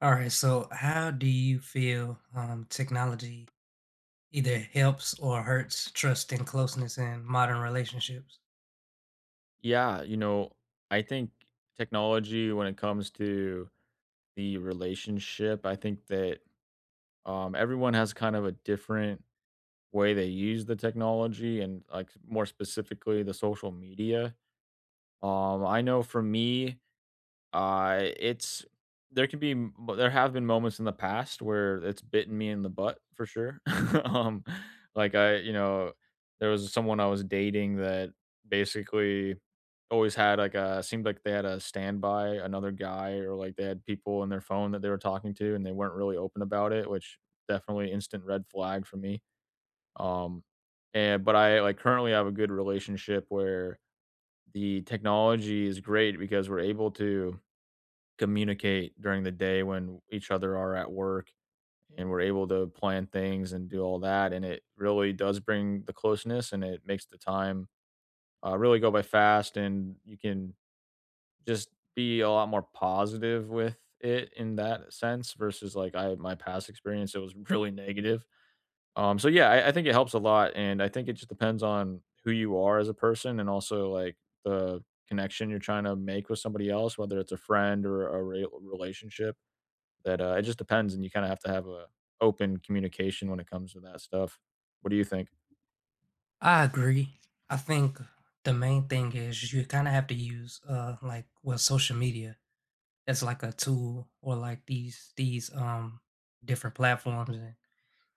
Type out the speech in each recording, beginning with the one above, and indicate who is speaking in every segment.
Speaker 1: All right, so how do you feel technology either helps or hurts trust and closeness in modern relationships?
Speaker 2: Yeah, you know, I think technology when it comes to the relationship, I think that everyone has kind of a different way they use the technology and like more specifically the social media. I know for me, it's there can be there have been moments in the past where it's bitten me in the butt for sure. Um, like I there was someone I was dating that basically always had like a seemed like they had a standby, another guy, or like they had people in their phone that they were talking to and they weren't really open about it, which definitely instant red flag for me. Um, and but I like currently have a good relationship where the technology is great because we're able to communicate during the day when each other are at work and we're able to plan things and do all that. And it really does bring the closeness and it makes the time really go by fast. And you can just be a lot more positive with it in that sense versus like I my past experience, it was really negative. So yeah, I think it helps a lot. And I think it just depends on who you are as a person and also like the connection you're trying to make with somebody else, whether it's a friend or a relationship that it just depends, and you kind of have to have a open communication when it comes to that stuff. What do you think?
Speaker 1: I agree. I think the main thing is you kind of have to use social media as like a tool, or like these different platforms and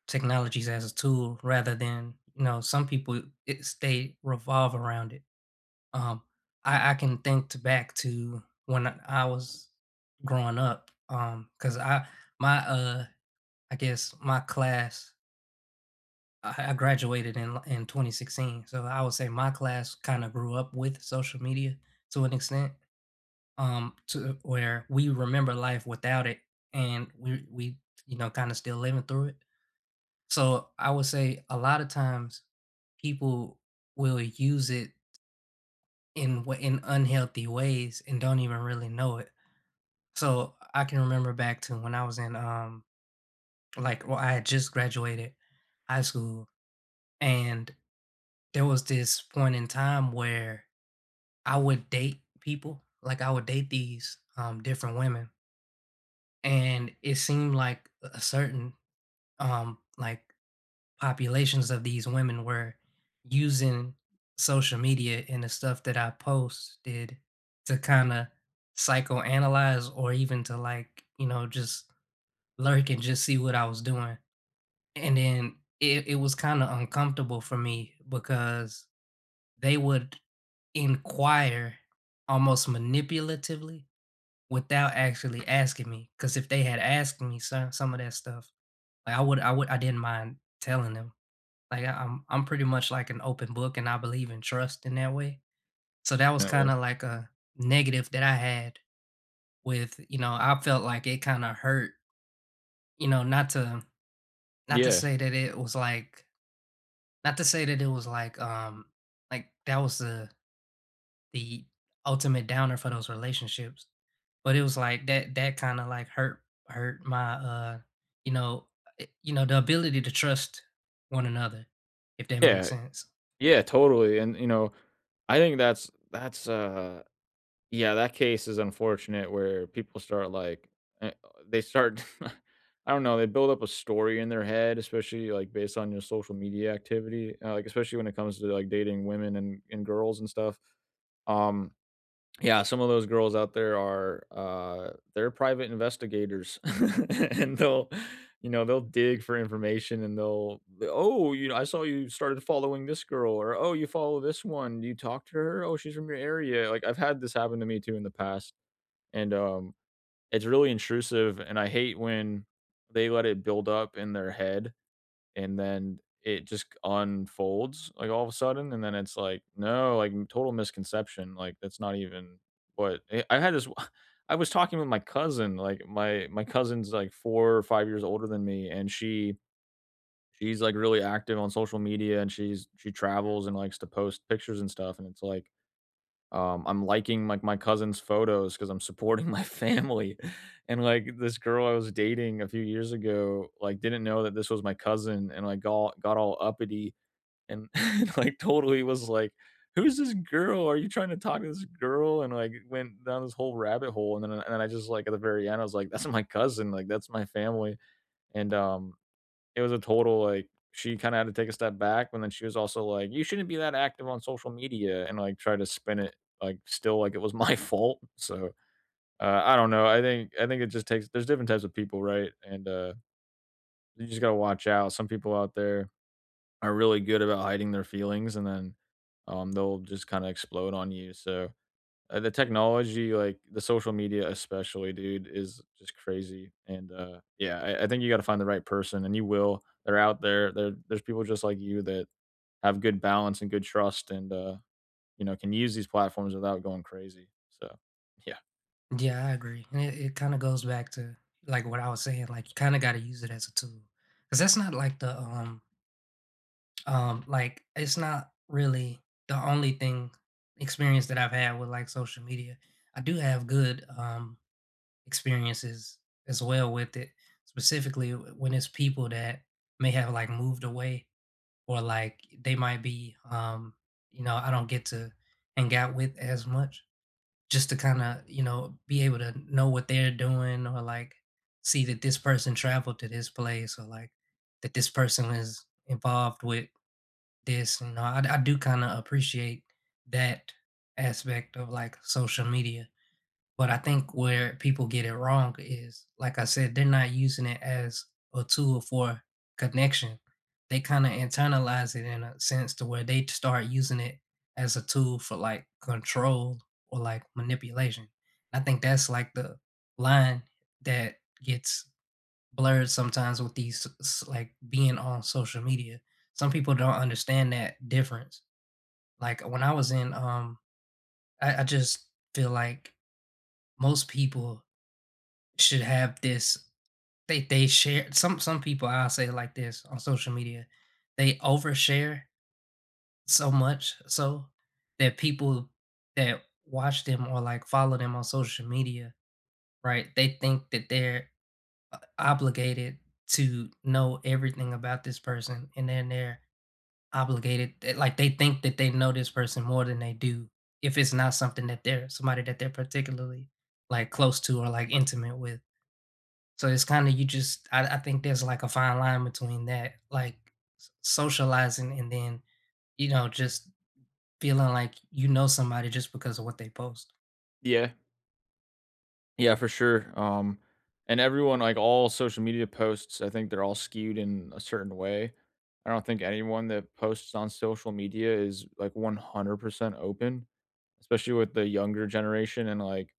Speaker 1: technologies as a tool, rather than, you know, some people it they revolve around it. Um, I can think to back to when I was growing up. Cause I my, I guess my class I graduated in 2016, so I would say my class kinda grew up with social media to an extent, to where we remember life without it, and you know, kinda still living through it. So I would say a lot of times people will use it in wa in unhealthy ways and don't even really know it. So I can remember back to when I was in, like well, I had just graduated high school, and there was this point in time where I would date people. Like, I would date these, different women, and it seemed like a certain, like, populations of these women were using social media and the stuff that I posted to kind of psychoanalyze, or even to, like, you know, just lurk and just see what I was doing. And then it was kind of uncomfortable for me, because they would inquire almost manipulatively without actually asking me. Because if they had asked me some of that stuff, like, I would I didn't mind telling them. Like, I'm pretty much like an open book, and I believe in trust in that way. So that was
Speaker 2: Definitely.
Speaker 1: kinda like a negative that I had with, you know. I felt like it kinda hurt, you know, not to not to
Speaker 2: Yeah,
Speaker 1: say that it was like not to say that it was like that was the ultimate downer for those relationships, but it was like that kinda like hurt my, you know, you know, the ability to trust one another, if that makes
Speaker 2: yeah,
Speaker 1: sense.
Speaker 2: yeah, totally. And I think that's yeah, that case is unfortunate where people start like eh, they start I don't know, they build up a story in their head, especially like based on your social media activity, like especially when it comes to like dating women and girls and stuff. Um Yeah, some of those girls out there are, they're private investigators. And they'll, you know, they'll dig for information and they'll. "Oh, you know, I saw you started following this girl," or, "Oh, you follow this one. You talk to her? Oh, she's from your area." Like, I've had this happen to me too in the past, and, it's really intrusive, and I hate when they let it build up in their head and then it just unfolds, like, all of a sudden, and then it's like, "No, like, total misconception, like, that's not even what." I had this I was talking with my cousin, like, my cousin's, like, 4 or 5 years older than me, and she's, like, really active on social media, and she travels and likes to post pictures and stuff, and it's like, I'm liking, like, my cousin's photos because 'cause I'm supporting my family. And, like, this girl I was dating a few years ago, like, didn't know that this was my cousin and, like, got all uppity and, and, like, totally was like, "Who's this girl? Are you trying to talk to this girl?" And, like, went down this whole rabbit hole, and then I just, like, at the very end, I was like, "That's my cousin, like, that's my family," and it was a total, like she kinda had to take a step back, and then she was also like, "You shouldn't be that active on social media," and, like, try to spin it, like, still like it was my fault. So, I don't know, I think it just takes there's different types of people, right? And, you just gotta watch out. Some people out there are really good about hiding their feelings, and then, they'll just kinda explode on you. So the technology, like the social media especially, dude, is just crazy. And yeah, I think you got to find the right person, and you will. They're out there. There's people just like you that have good balance and good trust, and you know can use these platforms without going crazy. So yeah.
Speaker 1: Yeah, I agree. And it kind of goes back to like what I was saying, like you kind of got to use it as a tool. Cuz that's not like the like it's not really the only thing, experience that I've had with like social media. I do have good experiences as well with it, specifically when it's people that may have like moved away, or like they might be, you know, I don't get to hang out with as much, just to kinda, you know, be able to know what they're doing, or, like, see that this person traveled to this place, or, like, that this person is involved with this. You know, I do kinda appreciate that aspect of, like, social media. But I think where people get it wrong is, like I said, they're not using it as a tool for connection. They kind of internalize it in a sense to where they start using it as a tool for like control or like manipulation. I think that's like the line that gets blurred sometimes with these like being on social media. Some people don't understand that difference. Like when I was in, I just feel like most people should have this, they share, some people, I'll say it like this on social media, they overshare so much so that people that watch them or like follow them on social media, right? They think that they're obligated to know everything about this person, and then they're obligated that, like they think that they know this person more than they do, if it's not something that they're, somebody that they're, particularly like close to or like intimate with. So it's kinda, you just, I think there's, like, a fine line between that, like, s socializing, and then, you know, just feeling like you know somebody just because of what they post.
Speaker 2: Yeah. Yeah, for sure. And everyone, like all social media posts, I think they're all skewed in a certain way. I don't think anyone that posts on social media is like 100% open, especially with the younger generation and like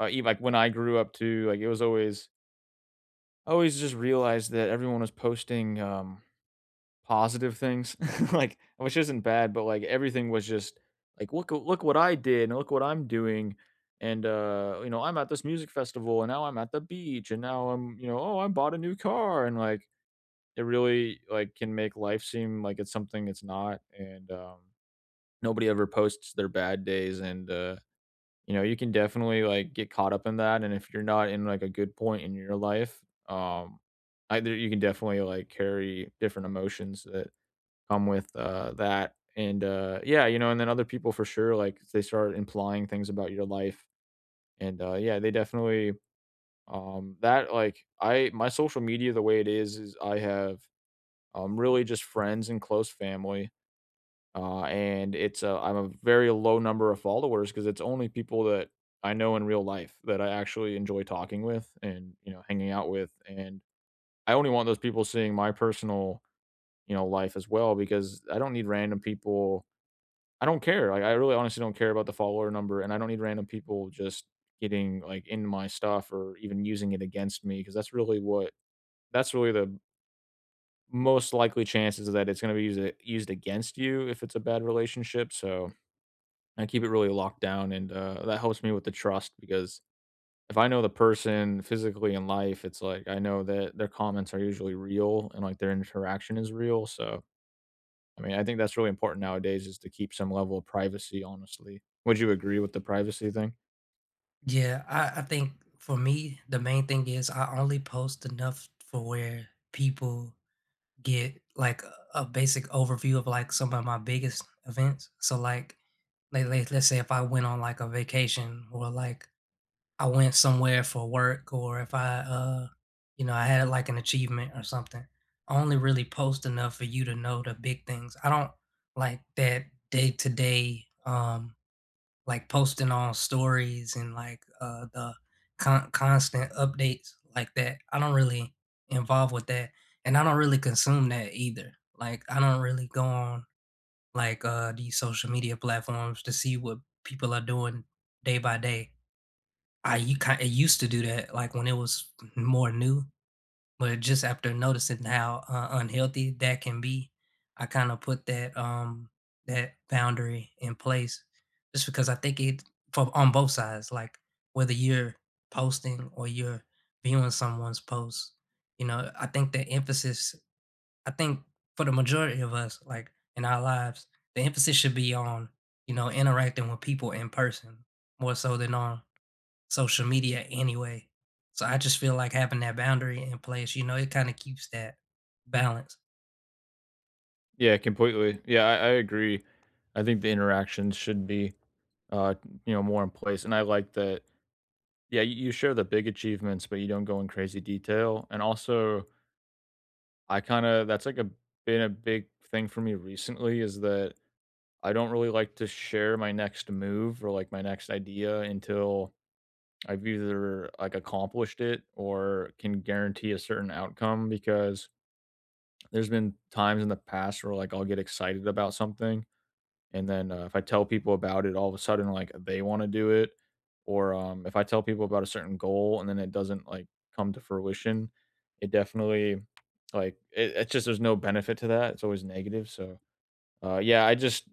Speaker 2: even like when I grew up too, like it was always I always just realized that everyone was posting positive things, like which isn't bad, but like everything was just like look what I did and look what I'm doing. And you know, I'm at this music festival and now I'm at the beach and now I'm, you know, oh, I bought a new car and like it really like can make life seem like it's something it's not. And nobody ever posts their bad days. And you know, you can definitely, like, get caught up in that, and if you're not in, like, a good point in your life, um, either you can definitely, like, carry different emotions that come with, that, and, yeah, you know, and then other people for sure, like, they start implying things about your life, and, yeah, they definitely, that, like, I my social media the way it is I have, really just friends and close family, and it's a I'm a very low number of followers because it's only people that I know in real life that I actually enjoy talking with and, you know, hanging out with, and I only want those people seeing my personal, you know, life as well because I don't need random people. I don't care, like, I really honestly don't care about the follower number, and I don't need random people just getting, like, into my stuff or even using it against me, because that's really what that's really the most likely chances that it's gonna be used against you if it's a bad relationship. So I keep it really locked down, and, that helps me with the trust because if I know the person physically in life, it's like I know that their comments are usually real and, like, their interaction is real. So, I mean, I think that's really important nowadays is to keep some level of privacy, honestly. Would you agree with the privacy thing?
Speaker 1: Yeah, I think for me, the main thing is I only post enough for where people get, like, a basic overview of, like, some of my biggest events. So, like, le let's say if I went on, like, a vacation, or, like, I went somewhere for work, or if I, you know, I had like an achievement or something. I only really post enough for you to know the big things. I don't like that day to day, like posting on stories, and like, the constant updates like that. I don't really involve with that, and I don't really consume that either. Like I don't really go on like, these social media platforms to see what people are doing day by day. I, you kind, it used to do that, like when it was more new, but just after noticing how, unhealthy that can be, I kinda put that, that boundary in place, just because I think it, for on both sides, like, whether you're posting or you're viewing someone's post, you know, I think the emphasis, I think, for the majority of us, like in our lives, the emphasis should be on, you know, interacting with people in person more so than on social media anyway. So I just feel like having that boundary in place, you know, it kind of keeps that balance.
Speaker 2: Yeah, completely. Yeah, I agree. I think the interactions should be, uh, you know, more in place, and I like that yeah, you share the big achievements, but you don't go in crazy detail, and also I kinda that's like a been a big thing for me recently is that I don't really like to share my next move or like my next idea until I've either like accomplished it or can guarantee a certain outcome, because there's been times in the past where like I'll get excited about something and then, if I tell people about it, all of a sudden, like, they wanna do it, or, if I tell people about a certain goal and then it doesn't, like, come to fruition, it definitely, like, it's just there's no benefit to that, it's always negative. So, yeah, I just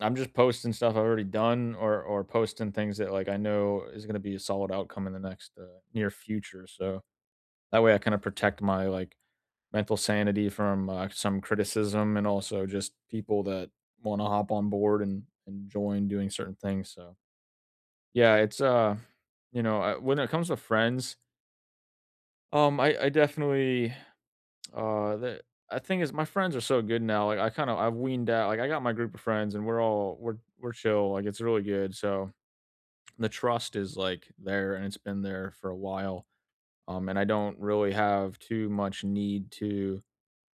Speaker 2: I'm just posting stuff I've already done or posting things that, like, I know is gonna be a solid outcome in the next, near future. So that way I kinda protect my, like, mental sanity from some criticism and also just people that want to hop on board and join doing certain things. So yeah, it's you know, when it comes to friends, I definitely the I think is my friends are so good now. Like I kind of I've weaned out. Like I got my group of friends and we're all we're chill. Like it's really good. So the trust is like there and it's been there for a while. And I don't really have too much need to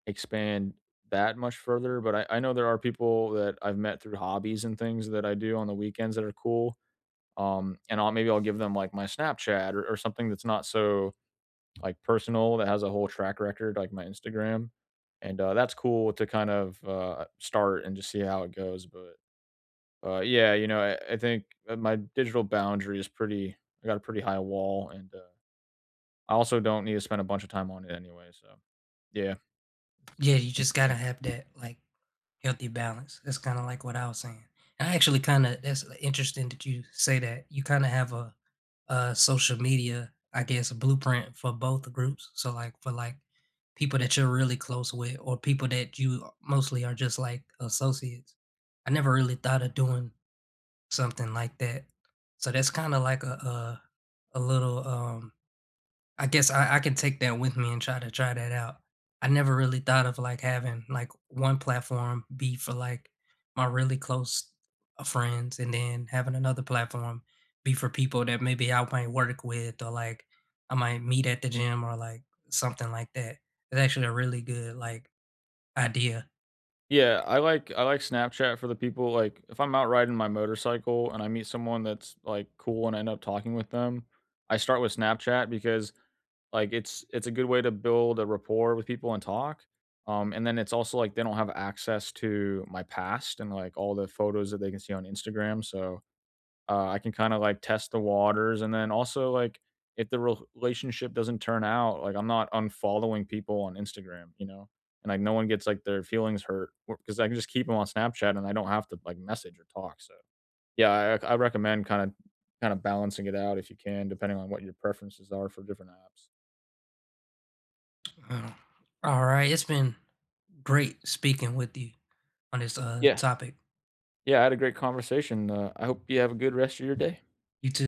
Speaker 2: expand that much further, but I know there are people that I've met through hobbies and things that I do on the weekends that are cool, and I'll maybe I'll give them, like, my Snapchat or something that's not so, like, personal that has a whole track record, like my Instagram, and, that's cool to kind of, start and just see how it goes. But, yeah, you know, I think, my digital boundary is pretty I got a pretty high wall, and, I also don't need to spend a bunch of time on it anyway. So, yeah, it's,
Speaker 1: Yeah, you just gotta
Speaker 2: interesting.
Speaker 1: have that like healthy balance. That's kind of like what I was saying. And I actually kind of, that's interesting that you say that. You kind of have a social media, I guess, blueprint for both groups. So like for like people that you're really close with, or people that you mostly are just like associates. I never really thought of doing something like that. So that's kinda like a little, I guess I can take that with me and try to try that out. I never really thought of, like, having, like, one platform be for, like, my really close, friends, and then having another platform be for people that maybe I might work with, or, like, I might meet at the gym, or, like, something like that. It's actually a really good, like, idea.
Speaker 2: Yeah, I like Snapchat for the people, like, if I'm out riding my motorcycle and I meet someone that's, like, cool and I end up talking with them, I start with Snapchat because, like, it's a good way to build a rapport with people and talk, and then it's also, like, they don't have access to my past and, like, all the photos that they can see on Instagram. So I can kind of like test the waters, and then also like if the relationship doesn't turn out, like I'm not unfollowing people on Instagram, you know, and like no one gets like their feelings hurt because I can just keep them on Snapchat and I don't have to like message or talk. So yeah, I recommend kind of balancing it out if you can, depending on what your preferences are for different apps.
Speaker 1: Uh, all right. It's been great speaking with you on this
Speaker 2: Yeah,
Speaker 1: topic.
Speaker 2: yeah, I had a great conversation. I hope you have a good rest of your day.
Speaker 1: You too.